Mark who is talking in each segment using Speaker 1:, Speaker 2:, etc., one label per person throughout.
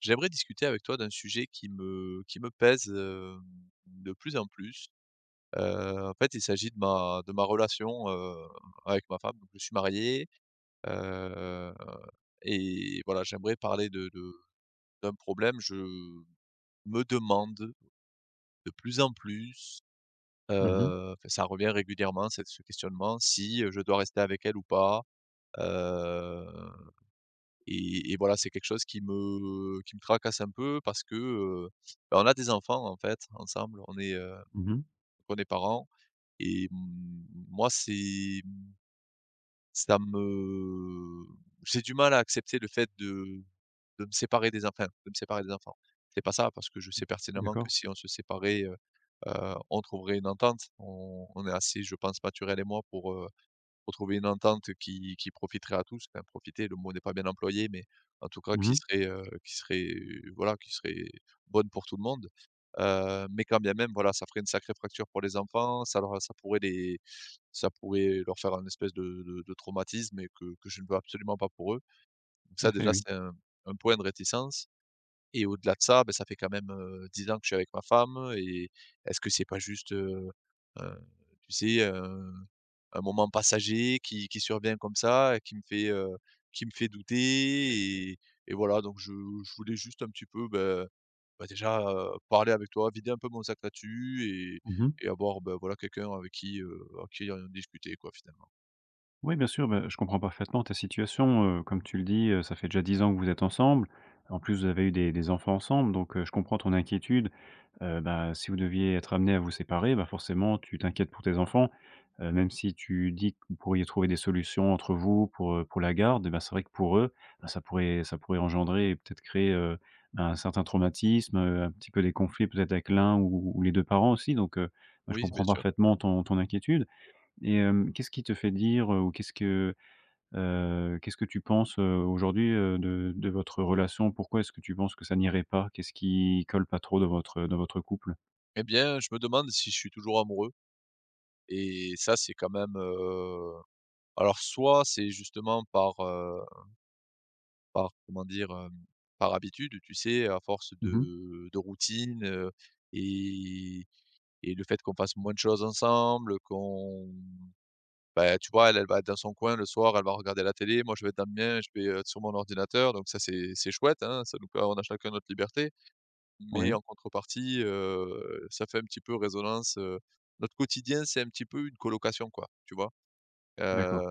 Speaker 1: J'aimerais discuter avec toi d'un sujet qui me pèse, de plus en plus. En fait, il s'agit de ma relation, avec ma femme. Donc je suis marié, heu et voilà, j'aimerais parler de d'un problème. Je me demande de plus en plus,
Speaker 2: Mmh mh.
Speaker 1: enfin ça revient régulièrement cette ce questionnement, si je dois rester avec elle ou pas. Heu Et et voilà, c'est quelque chose qui me tracasse un peu parce que, bah, on a des enfants, en fait, ensemble,
Speaker 2: Mmh mh.
Speaker 1: on est parents et moi, c'est ça me j'ai du mal à accepter le fait de me séparer des enfants de me séparer des enfants. C'est pas ça, parce que je sais pertinemment
Speaker 2: D'accord.
Speaker 1: que si on se séparait, on trouverait une entente. On est assez, je pense, Mathurel et moi pour trouver une entente qui profiterait à tous. Enfin profiter, le mot n'est pas bien employé, mais en tout cas
Speaker 2: Mmh
Speaker 1: qui
Speaker 2: mh.
Speaker 1: serait, voilà, qui serait bonne pour tout le monde. Mais quand bien même, voilà, ça ferait une sacrée fracture pour les enfants, ça leur ça pourrait les ça pourrait leur faire un espèce de traumatisme que je ne veux absolument pas pour eux. Donc
Speaker 2: Tout à
Speaker 1: ça
Speaker 2: fait,
Speaker 1: déjà
Speaker 2: oui.
Speaker 1: c'est un point de réticence et au-delà de ça, ben ça fait quand même, 10 ans que je suis avec ma femme et est-ce que c'est pas juste, heu, tu sais, un moment passager qui survient comme ça et qui me fait douter et voilà donc je voulais juste un petit peu, déjà, parler avec toi, vider un peu mon sac là-dessus
Speaker 2: Mmh mh.
Speaker 1: et avoir, bah, voilà quelqu'un avec qui en discuter quoi finalement.
Speaker 2: Oui, bien sûr, bah, je comprends parfaitement ta situation. Comme tu le dis, ça fait déjà 10 ans que vous êtes ensemble. En plus, vous avez eu des enfants ensemble, donc je comprends ton inquiétude. Bah, si vous deviez être amené à vous séparer, bah, forcément, tu t'inquiètes pour tes enfants. Même si tu dis que vous pourriez trouver des solutions entre vous pour la garde, et bah, c'est vrai que pour eux, bah, ça pourrait engendrer et peut-être créer, bah, un certain traumatisme, un petit peu des conflits peut-être avec l'un ou les 2 parents aussi, donc bah, je
Speaker 1: Oui, bien
Speaker 2: comprends
Speaker 1: sûr.
Speaker 2: parfaitement ton inquiétude. Et qu'est-ce qui te fait dire, ou qu'est-ce que tu penses, aujourd'hui, de votre relation? Pourquoi est-ce que tu penses que ça n'irait pas? Qu'est-ce qui colle pas trop dans votre couple?
Speaker 1: Eh bien, je me demande si je suis toujours amoureux et ça c'est quand même, alors soit c'est justement par, par comment dire? Par habitude, tu sais? À force
Speaker 2: Mmh.
Speaker 1: de routine. Et et le fait qu'on fasse moins de choses ensemble, qu'on ben tu vois, elle, elle va être dans son coin le soir, elle va regarder la télé, moi je vais être dans le mien, je vais, sur mon ordinateur. Donc ça c'est chouette, hein, ça nous per on a chacun notre liberté, mais
Speaker 2: Oui,
Speaker 1: en contrepartie, ça fait un petit peu résonance. Notre quotidien, c'est un petit peu une colocation, quoi, tu vois? Heu,
Speaker 2: d'accord.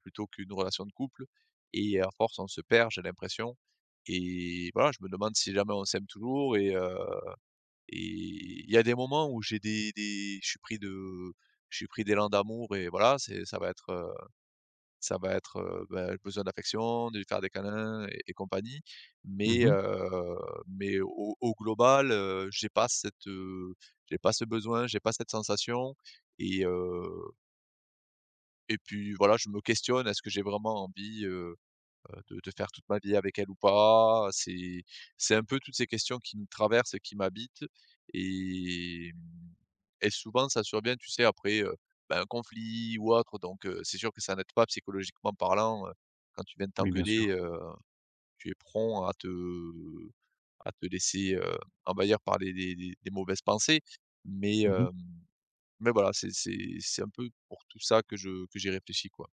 Speaker 1: Plutôt qu'une relation de couple, et à force, on se perd, j'ai l'impression, et voilà, je me demande si jamais on s'aime toujours. Il y a des moments où j'ai des je suis pris de je suis pris d'élan d'amour et voilà, c'est ça va être, bah, besoin d'affection, de lui faire des câlins et compagnie. Mais,
Speaker 2: Mmh.
Speaker 1: heu, mais au global, j'ai pas j'ai pas ce besoin, j'ai pas cette sensation. et heu puis voilà, je me questionne, est-ce que j'ai vraiment envie, de faire toute ma vie avec elle ou pas? C'est un peu toutes ces questions qui me traversent et qui m'habitent. et mmh souvent ça survient, tu sais, après, bah, un conflit ou autre. Donc c'est sûr que ça n'aide pas psychologiquement parlant, quand tu viens de
Speaker 2: Oui, bien
Speaker 1: t'engueuler,
Speaker 2: sûr.
Speaker 1: tu es prompt à te laisser, envahir par les mauvaises pensées. mais
Speaker 2: Mmh.
Speaker 1: hem, mais voilà, c'est un peu pour tout ça que je que j'y réfléchis, quoi.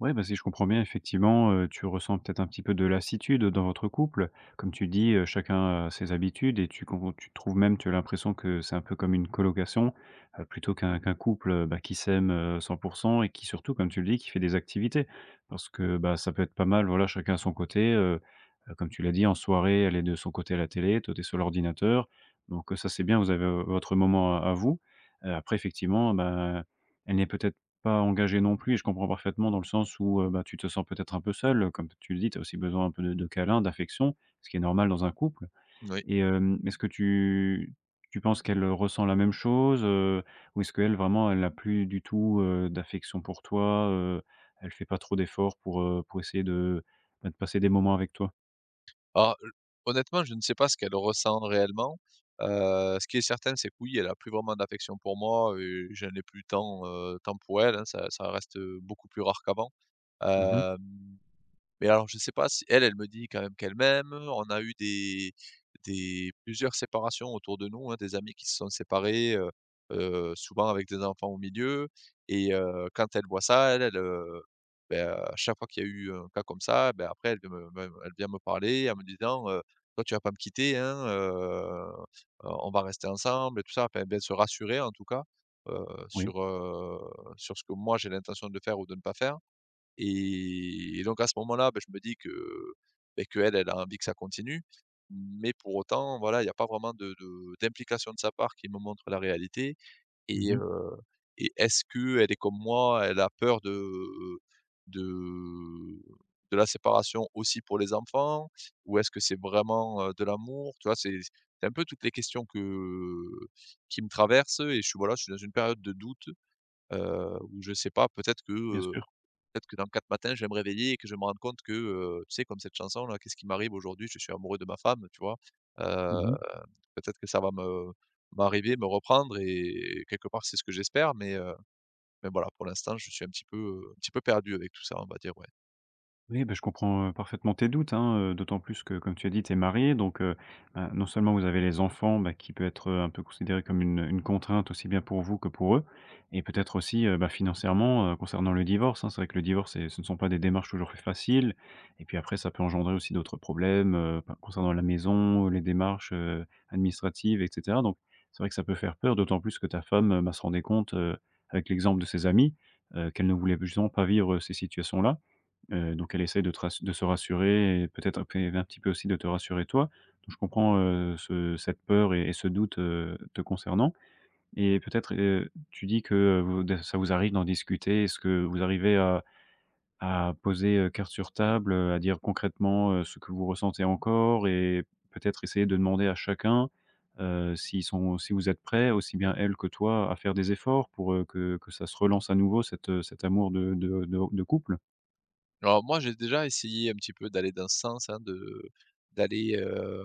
Speaker 2: Ouais, bah, si je comprends bien, effectivement, tu ressens peut-être un petit peu de lassitude dans votre couple. Comme tu dis, chacun a ses habitudes et tu trouves même, tu as l'impression que c'est un peu comme une colocation, plutôt qu'un couple, bah, qui s'aime, 100 et qui surtout, comme tu le dis, qui fait des activités. Parce que, bah, ça peut être pas mal, voilà, chacun à son côté, comme tu l'as dit, en soirée, elle est de son côté à la télé, toi, t'es sur l'ordinateur. Donc, ça, c'est bien, vous avez, votre moment à vous. Après effectivement, ben, elle n'est peut-être pas engagé non plus et je comprends parfaitement dans le sens où, bah, tu te sens peut-être un peu seul, comme tu le dis, tu as aussi besoin un peu de câlin, d'affection, ce qui est normal dans un couple.
Speaker 1: Oui.
Speaker 2: Et est-ce que tu penses qu'elle, ressent la même chose, ou est-ce qu'elle vraiment elle n'a plus du tout, d'affection pour toi, elle fait pas trop d'efforts pour essayer de, bah, de passer des moments avec toi?
Speaker 1: Alors, honnêtement, je ne sais pas ce qu'elle ressent réellement. Ce qui est certain, c'est que oui, elle a plus vraiment d'affection pour moi et je n'ai plus tant, tant pour elle, hein, ça reste beaucoup plus rare qu'avant.
Speaker 2: Mmh.
Speaker 1: Hem mais alors je sais pas si elle, elle me dit quand même qu'elle m'aime. On a eu des plusieurs séparations autour de nous, hein, des amis qui se sont séparés, souvent avec des enfants au milieu. Quand elle voit ça, beh, à chaque fois qu'il y a eu un cas comme ça, beh, après elle vient me parler en me disant, «Toi tu vas pas me quitter, hein, on va rester ensemble» et tout ça. Enfin, elle vient se rassurer en tout cas, heu,
Speaker 2: Oui.
Speaker 1: sur, heu, sur ce que moi j'ai l'intention de faire ou de ne pas faire. Et donc à ce moment-là, bah, je me dis que, beh, qu'elle, elle elle a envie que ça continue, mais pour autant, voilà, il n'y a pas vraiment de d'implication de sa part qui me montre la réalité. et
Speaker 2: Mmh.
Speaker 1: heu Est-ce qu'elle est comme moi? Elle a peur de de la séparation aussi pour les enfants? Ou est-ce que c'est vraiment, de l'amour? Tu vois? C'est un peu toutes les questions que qui me traversent, et je suis voilà, je suis dans une période de doute, où je ne sais pas, peut-être que
Speaker 2: Bien sûr.
Speaker 1: peut-être que dans 4 matins, je vais me réveiller et que je vais me rendre compte que, tu sais, comme cette chanson là: «Qu'est-ce qui m'arrive aujourd'hui? Je suis amoureux de ma femme», tu vois? Heu,
Speaker 2: Mmh.
Speaker 1: Peut-être que ça va me m'arriver, me reprendre et quelque part, c'est ce que j'espère, mais voilà, pour l'instant, je suis un petit peu perdu avec tout ça, on va dire, ouais.
Speaker 2: Oui, ben je comprends, parfaitement tes doutes, hein, d'autant plus que comme tu as dit, tu es mariée donc non seulement vous avez les enfants, bah, qui peut être, un peu considéré comme une contrainte aussi bien pour vous que pour eux et peut-être aussi, bah, financièrement, concernant le divorce, hein. C'est vrai que le divorce c'est ce ne sont pas des démarches toujours faciles et puis après ça peut engendrer aussi d'autres problèmes, par concernant la maison, les démarches, administratives et cetera. Donc c'est vrai que ça peut faire peur d'autant plus que ta femme, bah, se rendait compte, avec l'exemple de ses amis, qu'elle ne voulait justement pas vivre, ces situations-là. Donc elle essaie de te rass de se rassurer et peut-être un petit peu aussi de te rassurer toi. Donc je comprends, ce cette peur et ce doute, te concernant et peut-être, tu dis que, vous ça vous arrive d'en discuter. Est-ce que vous arrivez à poser, carte sur table, à dire concrètement, ce que vous ressentez encore et peut-être essayer de demander à chacun, s'ils sont si vous êtes prêts, aussi bien elle que toi, à faire des efforts pour, que ça se relance à nouveau cet amour de couple?
Speaker 1: Alors moi, j'ai déjà essayé un petit peu d'aller dans ce sens, hein, d'aller, heu,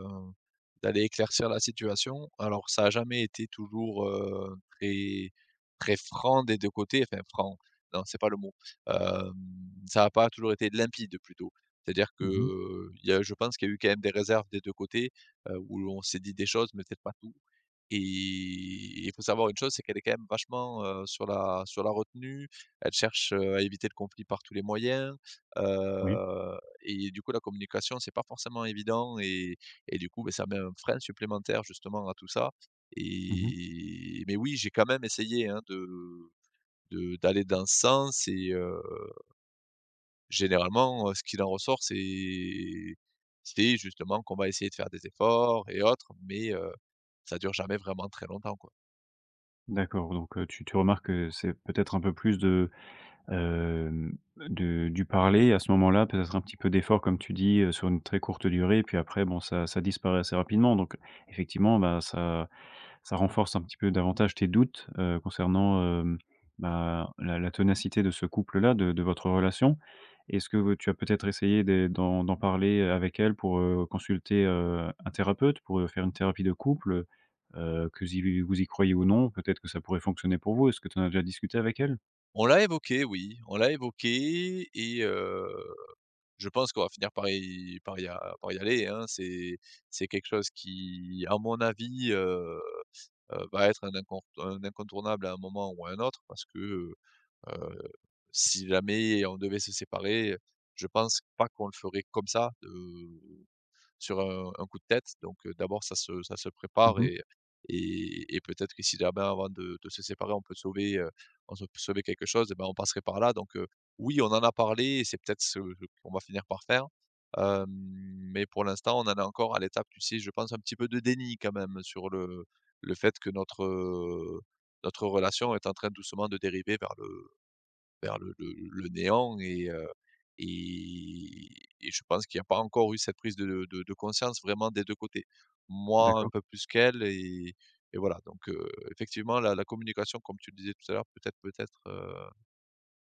Speaker 1: d'aller éclaircir la situation. Alors ça a jamais été toujours, très très franc des 2 côtés, enfin franc, non, c'est pas le mot. Hem, Ça n'a pas toujours été limpide plutôt. C'est-à-dire que,
Speaker 2: Mmh.
Speaker 1: il y a je pense qu'il y a eu quand même des réserves des 2 côtés, où on s'est dit des choses, mais peut-être pas tout. Et il faut savoir une chose, c'est qu'elle est quand même vachement, sur la retenue. Elle cherche, à éviter le conflit par tous les moyens.
Speaker 2: Oui.
Speaker 1: Heu et du coup, la communication, c'est pas forcément évident. Et du coup, beh, ça met un frein supplémentaire justement à tout ça.
Speaker 2: Mmh.
Speaker 1: Et mais oui, j'ai quand même essayé, hein, de d'aller dans ce sens. Et généralement, ce qu'il en ressort, c'est justement qu'on va essayer de faire des efforts et autres, mais ça dure jamais vraiment très longtemps, quoi.
Speaker 2: D'accord, donc tu remarques que c'est peut-être un peu plus de, hem, du parler à ce moment-là, peut-être un petit peu d'effort comme tu dis, sur une très courte durée et puis après bon ça disparaît assez rapidement donc effectivement, bah, ça renforce un petit peu davantage tes doutes, concernant, bah, la ténacité de ce couple-là, de votre relation. Est-ce que tu as peut-être essayé des d'en d'en parler avec elle pour, consulter, un thérapeute, pour, faire une thérapie de couple? Que si vous y croyez ou non, peut-être que ça pourrait fonctionner pour vous. Est-ce que tu en as déjà discuté avec elle?
Speaker 1: On l'a évoqué, oui, on l'a évoqué. Je pense qu'on va finir par y par y a par y aller, hein. C'est quelque chose qui, à mon avis, va être un incontournable à un moment ou à un autre, parce que, si jamais on devait se séparer, je pense pas qu'on le ferait comme ça, sur un coup de tête. Donc, d'abord ça se prépare.
Speaker 2: Mmh.
Speaker 1: Et et peut-être que si jamais avant de se séparer, on peut sauver quelque chose, et ben, on passerait par là. Donc, oui, on en a parlé, et c'est peut-être ce qu'on va finir par faire. Hem, mais pour l'instant, on en est encore à l'étape, tu sais, je pense un petit peu de déni quand même sur le fait que notre, notre relation est en train doucement de dériver vers le néant. Et heu et et je pense qu'il n'y a pas encore eu cette prise de conscience vraiment des 2 côtés. Moi, un
Speaker 2: D'accord.
Speaker 1: peu plus qu'elle. Et voilà, donc effectivement la communication, comme tu le disais tout à l'heure, peut-être,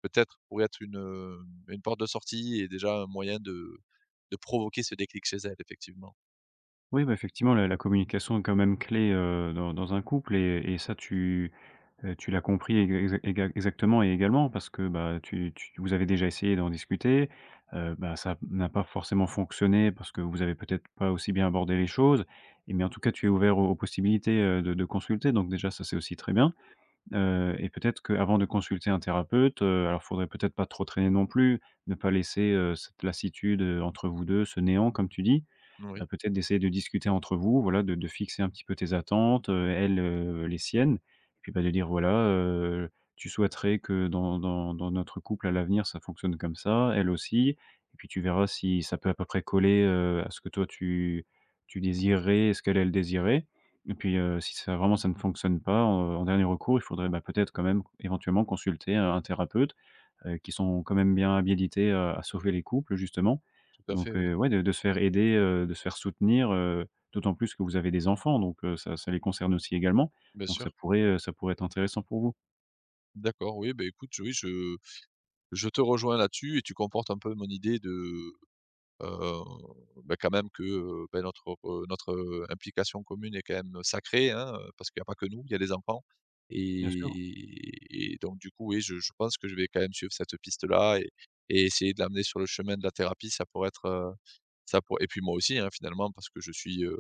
Speaker 1: peut-être pourrait être une porte de sortie et déjà un moyen de provoquer ce déclic chez elle effectivement.
Speaker 2: Oui, bah, effectivement, la communication est quand même clé, dans un couple et ça tu. Tu l'as compris exactement et également parce que, bah, tu tu vous avez déjà essayé d'en discuter, bah, ça n'a pas forcément fonctionné parce que vous avez peut-être pas aussi bien abordé les choses et mais en tout cas, tu es ouvert aux possibilités, de consulter donc déjà ça, c'est aussi très bien, et peut-être qu'avant de consulter un thérapeute, alors faudrait peut-être pas trop traîner non plus, ne pas laisser, cette lassitude, entre vous 2, ce néant comme tu dis,
Speaker 1: Oui,
Speaker 2: peut-être d'essayer de discuter entre vous, voilà, de fixer un petit peu tes attentes, elle, les siennes. Et puis, bah, de dire: «Voilà, tu souhaiterais que dans notre couple à l'avenir, ça fonctionne comme ça, elle aussi» et puis tu verras si ça peut à peu près coller, à ce que toi tu désirais et ce qu'elle, elle désirait et puis, si ça vraiment ça ne fonctionne pas, en dernier recours, il faudrait, bah, peut-être quand même éventuellement consulter un thérapeute, qui sont quand même bien habilités à sauver les couples justement.
Speaker 1: tout à
Speaker 2: Donc,
Speaker 1: fait, oui,
Speaker 2: ouais, de se faire aider, de se faire soutenir, d'autant plus que vous avez des enfants donc, ça les concerne aussi également.
Speaker 1: bien
Speaker 2: Donc
Speaker 1: sûr.
Speaker 2: ça pourrait être intéressant pour vous.
Speaker 1: D'accord. Oui, beh, écoute, oui, je te rejoins là-dessus, et tu confortes un peu mon idée de heu, bah, quand même que, bah, notre, implication commune est quand même sacrée, hein, parce qu'il n'y a pas que nous, il y a les enfants.
Speaker 2: Bien sûr.
Speaker 1: Et donc du coup, oui, je pense que je vais quand même suivre cette piste-là, et essayer de l'amener sur le chemin de la thérapie. Ça pourrait être, ça pour Et puis moi aussi, hein, finalement, parce que je suis, heu,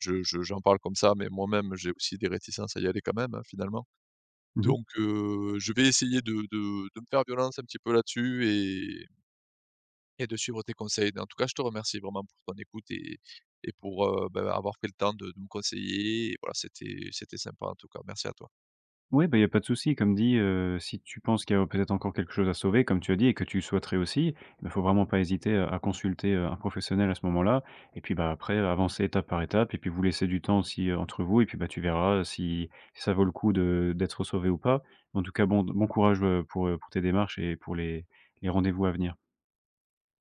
Speaker 1: je je j'en parle comme ça, mais moi-même, j'ai aussi des réticences à y aller quand même, hein, finalement.
Speaker 2: Mmh.
Speaker 1: Donc je vais essayer de me faire violence un petit peu là-dessus, et de suivre tes conseils. En tout cas, je te remercie vraiment pour ton écoute, et pour, bah, avoir pris le temps de me conseiller, et voilà, c'était sympa en tout cas. Merci à toi.
Speaker 2: Oui, bah, il y a pas de souci. Comme dit, si tu penses qu'il y a peut-être encore quelque chose à sauver, comme tu as dit et que tu le souhaiterais aussi, il bah, faut vraiment pas hésiter à consulter, un professionnel à ce moment-là. Et puis, bah, après avancer étape par étape et puis vous laisser du temps aussi, entre vous et puis, bah, tu verras si ça vaut le coup de d'être sauvé ou pas. En tout cas, bon bon courage, pour tes démarches et pour les rendez-vous à venir.